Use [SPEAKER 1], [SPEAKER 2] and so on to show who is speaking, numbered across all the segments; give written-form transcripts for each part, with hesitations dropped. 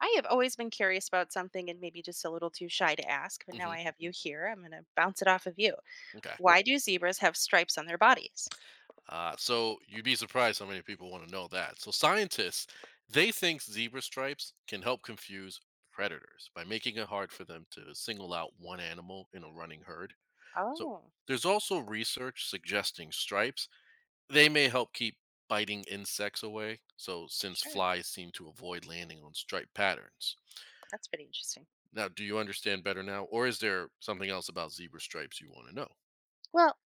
[SPEAKER 1] I have always been curious about something and maybe just a little too shy to ask, but now
[SPEAKER 2] Hmm.
[SPEAKER 1] I have you here. I'm going to bounce it off of you.
[SPEAKER 2] Okay.
[SPEAKER 1] Why do zebras have stripes on their bodies?
[SPEAKER 2] So you'd be surprised how many people want to know that. So scientists, they think zebra stripes can help confuse predators by making it hard for them to single out one animal in a running herd. So
[SPEAKER 1] Oh,
[SPEAKER 2] there's also research suggesting stripes they may help keep biting insects away. So since
[SPEAKER 1] sure.
[SPEAKER 2] flies seem to avoid landing on striped patterns.
[SPEAKER 1] That's pretty interesting.
[SPEAKER 2] Now, do you understand better now, or is there something else about zebra stripes you want to know?
[SPEAKER 1] Well,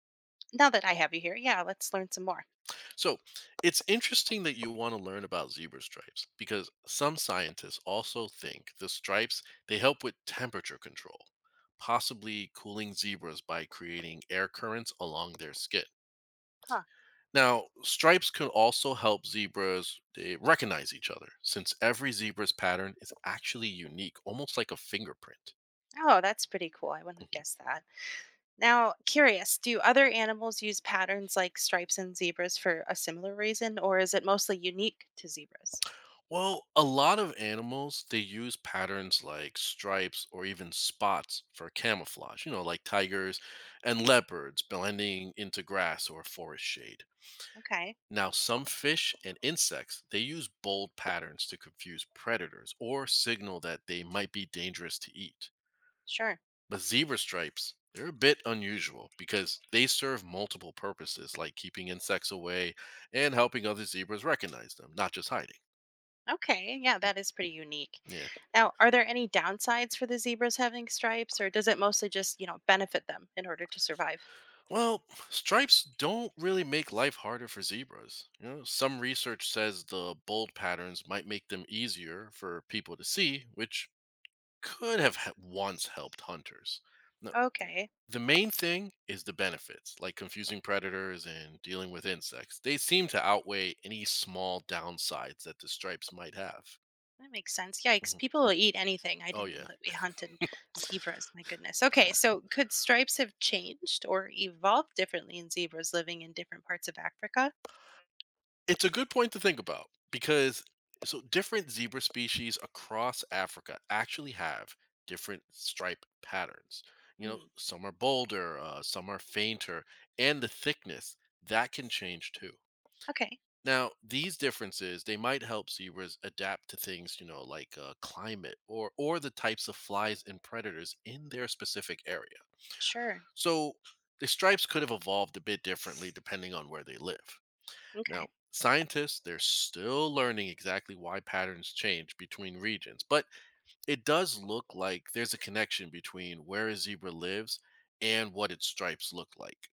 [SPEAKER 1] now that I have you here, yeah, let's learn some more.
[SPEAKER 2] So it's interesting that you want to learn about zebra stripes because some scientists also think the stripes they help with temperature control, possibly cooling zebras by creating air currents along their skin.
[SPEAKER 1] Huh.
[SPEAKER 2] Now, stripes can also help zebras recognize each other since every zebra's pattern is actually unique, almost like a fingerprint.
[SPEAKER 1] Oh, that's pretty cool. I wouldn't have
[SPEAKER 2] Mm-hmm.
[SPEAKER 1] guessed that. Now, curious, do other animals use patterns like stripes and zebras for a similar reason, or is it mostly unique to zebras?
[SPEAKER 2] Well, a lot of animals they use patterns like stripes or even spots for camouflage, you know, like tigers and leopards blending into grass or forest shade.
[SPEAKER 1] Okay,
[SPEAKER 2] Now, some fish and insects they use bold patterns to confuse predators or signal that they might be dangerous to eat.
[SPEAKER 1] sure.
[SPEAKER 2] But zebra stripes, they're a bit unusual because they serve multiple purposes like keeping insects away and helping other zebras recognize them, not just hiding.
[SPEAKER 1] Okay, yeah,
[SPEAKER 2] Mm.
[SPEAKER 1] that is pretty unique.
[SPEAKER 2] Yeah.
[SPEAKER 1] Now, are there any downsides for the zebras having stripes, or does it mostly just benefit them in order to survive?
[SPEAKER 2] Well, stripes don't really make life harder for zebras. You know, some research says the bold patterns might make them easier for people to see, which once helped hunters. Now,
[SPEAKER 1] Okay,
[SPEAKER 2] the main thing is the benefits, like confusing predators and dealing with insects. They seem to outweigh any small downsides that the stripes might have.
[SPEAKER 1] that makes sense. Yikes,
[SPEAKER 2] Mhm.
[SPEAKER 1] people will eat anything. I
[SPEAKER 2] Oh
[SPEAKER 1] didn't know
[SPEAKER 2] yeah.
[SPEAKER 1] that we hunted zebras. My goodness. Okay, so could stripes have changed or evolved differently in zebras living in different parts of Africa?
[SPEAKER 2] It's a good point to think about because so different zebra species across Africa actually have different stripe patterns. You know,
[SPEAKER 1] Hmm.
[SPEAKER 2] some are bolder, some are fainter, and the thickness that can change too.
[SPEAKER 1] Okay,
[SPEAKER 2] Now, these differences they might help zebras adapt to things you know like climate or the types of flies and predators in their specific area.
[SPEAKER 1] sure.
[SPEAKER 2] So the stripes could have evolved a bit differently depending on where they live.
[SPEAKER 1] Okay.
[SPEAKER 2] Now, scientists, they're still learning exactly why patterns change between regions, but it does look like there's a connection between where a zebra lives and what its stripes look like.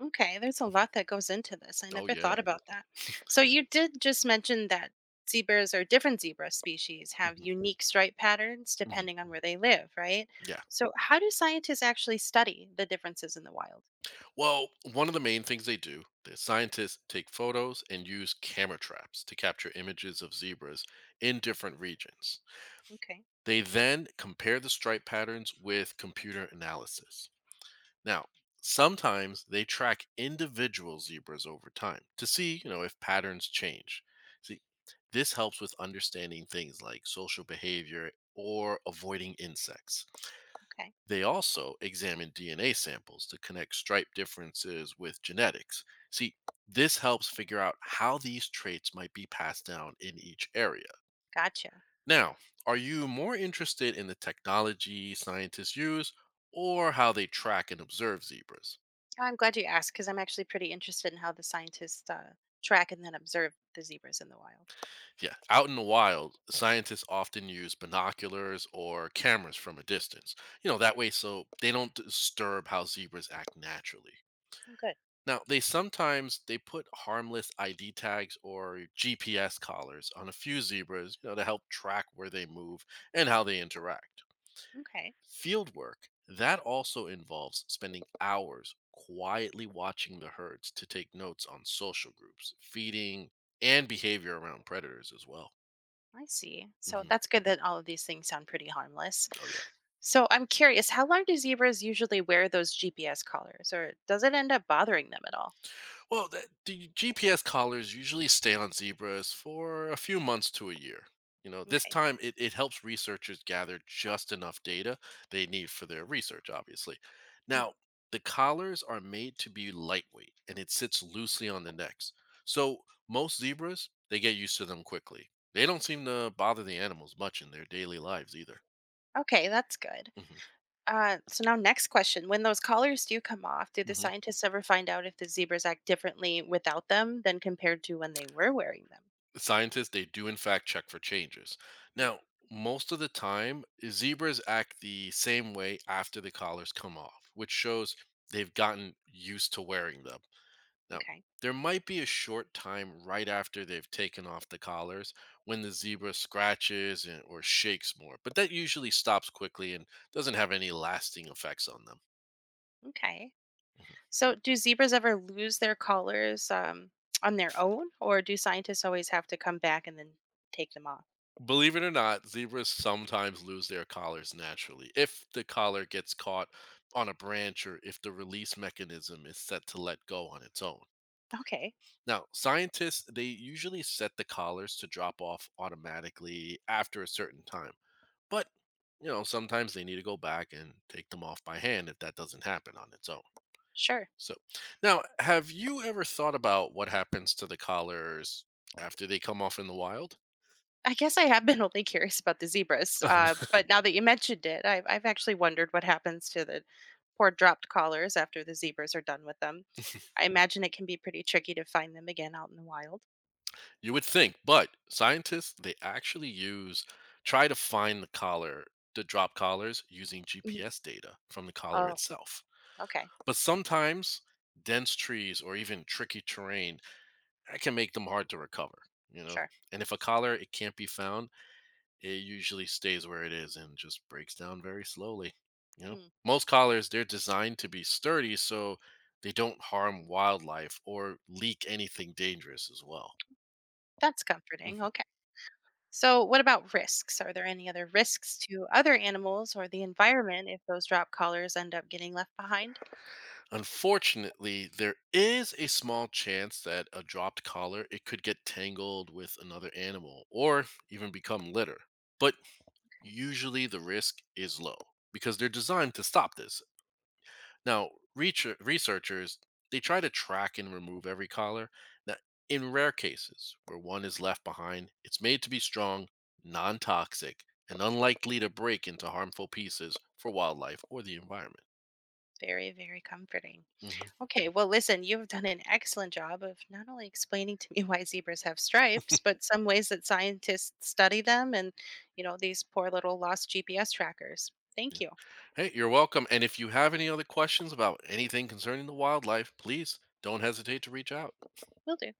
[SPEAKER 1] Okay, there's a lot that goes into this. I
[SPEAKER 2] Oh,
[SPEAKER 1] never
[SPEAKER 2] yeah.
[SPEAKER 1] thought, mhm, about that. So you did just mention that zebras or different zebra species have
[SPEAKER 2] Mhm,
[SPEAKER 1] unique stripe patterns
[SPEAKER 2] mhm.
[SPEAKER 1] depending on where they live, right?
[SPEAKER 2] Yeah.
[SPEAKER 1] So how do scientists actually study the differences in the wild?
[SPEAKER 2] Well, one of the main things they do, the scientists take photos and use camera traps to capture images of zebras in different regions.
[SPEAKER 1] Okay,
[SPEAKER 2] They then compare the stripe patterns with computer analysis. Now, sometimes they track individual zebras over time to see, you know, if patterns change. See, this helps with understanding things like social behavior or avoiding insects.
[SPEAKER 1] okay,
[SPEAKER 2] They also examine DNA samples to connect stripe differences with genetics. See, this helps figure out how these traits might be passed down in each area.
[SPEAKER 1] gotcha.
[SPEAKER 2] Now, are you more interested in the technology scientists use or how they track and observe zebras?
[SPEAKER 1] Oh, I'm glad you asked because I'm actually pretty interested in how the scientists track and then observe the zebras in the wild.
[SPEAKER 2] Yeah, out in the wild, scientists often use binoculars or cameras from a distance. You know, that way so they don't disturb how zebras act naturally.
[SPEAKER 1] Oh, good.
[SPEAKER 2] Now, they sometimes they put harmless ID tags or GPS collars on a few zebras, you know, to help track where they move and how they interact.
[SPEAKER 1] Okay.
[SPEAKER 2] Field work, that also involves spending hours quietly watching the herds to take notes on social groups, feeding, and behavior around predators as well.
[SPEAKER 1] I see. So
[SPEAKER 2] Hmm.
[SPEAKER 1] that's good that all of these things sound pretty harmless.
[SPEAKER 2] Oh yeah.
[SPEAKER 1] So I'm curious, how long do zebras usually wear those GPS collars, or does it end up bothering them at all?
[SPEAKER 2] Well, the GPS collars usually stay on zebras for a few months to a year. You know, this
[SPEAKER 1] Okay.
[SPEAKER 2] time it helps researchers gather just enough data they need for their research, obviously.
[SPEAKER 1] Hmm.
[SPEAKER 2] Now, the collars are made to be lightweight and it sits loosely on the necks. So most zebras, they get used to them quickly. They don't seem to bother the animals much in their daily lives either.
[SPEAKER 1] Okay, that's good.
[SPEAKER 2] Hmm.
[SPEAKER 1] So now, next question: when those collars do come off, do the scientists ever find out if the zebras act differently without them than compared to when they were wearing them?
[SPEAKER 2] Scientists they do in fact check for changes.
[SPEAKER 1] Hmm.
[SPEAKER 2] Now, most of the time zebras act the same way after the collars come off, which shows they've gotten used to wearing them. Now,
[SPEAKER 1] Okay.
[SPEAKER 2] there might be a short time right after they've taken off the collars when the zebra scratches and, or shakes more, but that usually stops quickly and doesn't have any lasting effects on them.
[SPEAKER 1] Okay. So, do zebras ever lose their collars on their own, or do scientists always have to come back and then take them off?
[SPEAKER 2] Believe it or not, zebras sometimes lose their collars naturally if the collar gets caught on a branch or if the release mechanism is set to let go on its own.
[SPEAKER 1] Okay,
[SPEAKER 2] Now, scientists they usually set the collars to drop off automatically after a certain time. But, you know, sometimes they need to go back and take them off by hand if that doesn't happen on its own.
[SPEAKER 1] sure.
[SPEAKER 2] So, now, have you ever thought about what happens to the collars after they come off in the wild?
[SPEAKER 1] I guess I have been only curious about the zebras, but now that you mentioned it, I've actually wondered what happens to the poor dropped collars after the zebras are done with them. I imagine it can be pretty tricky to find them again out in the wild.
[SPEAKER 2] You would think, but scientists they actually use try to find the collar to drop collars using
[SPEAKER 1] Mhm.
[SPEAKER 2] GPS data from the collar
[SPEAKER 1] Oh,
[SPEAKER 2] itself.
[SPEAKER 1] okay,
[SPEAKER 2] But sometimes dense trees or even tricky terrain that can make them hard to recover, you know.
[SPEAKER 1] sure.
[SPEAKER 2] And if a collar it can't be found, it usually stays where it is and just breaks down very slowly, you know.
[SPEAKER 1] Hmm.
[SPEAKER 2] Most collars they're designed to be sturdy so they don't harm wildlife or leak anything dangerous as well.
[SPEAKER 1] That's
[SPEAKER 2] Mm.
[SPEAKER 1] comforting. Okay. So, what about risks? Are there any other risks to other animals or the environment if those drop collars end up getting left behind?
[SPEAKER 2] Unfortunately, there is a small chance that a dropped collar it could get tangled with another animal or even become litter. But
[SPEAKER 1] Okay.
[SPEAKER 2] usually the risk is low because they're designed to stop this. Now, researchers they try to track and remove every collar. Now, in rare cases where one is left behind, it's made to be strong, non-toxic, and unlikely to break into harmful pieces for wildlife or the environment.
[SPEAKER 1] Very, very comforting.
[SPEAKER 2] Mhm.
[SPEAKER 1] Okay. Well, listen, you have done an excellent job of not only explaining to me why zebras have stripes, but some ways that scientists study them and these poor little lost GPS trackers. Thank you.
[SPEAKER 2] Hey, you're welcome. And if you have any other questions about anything concerning the wildlife, please don't hesitate to reach out.
[SPEAKER 1] Will do.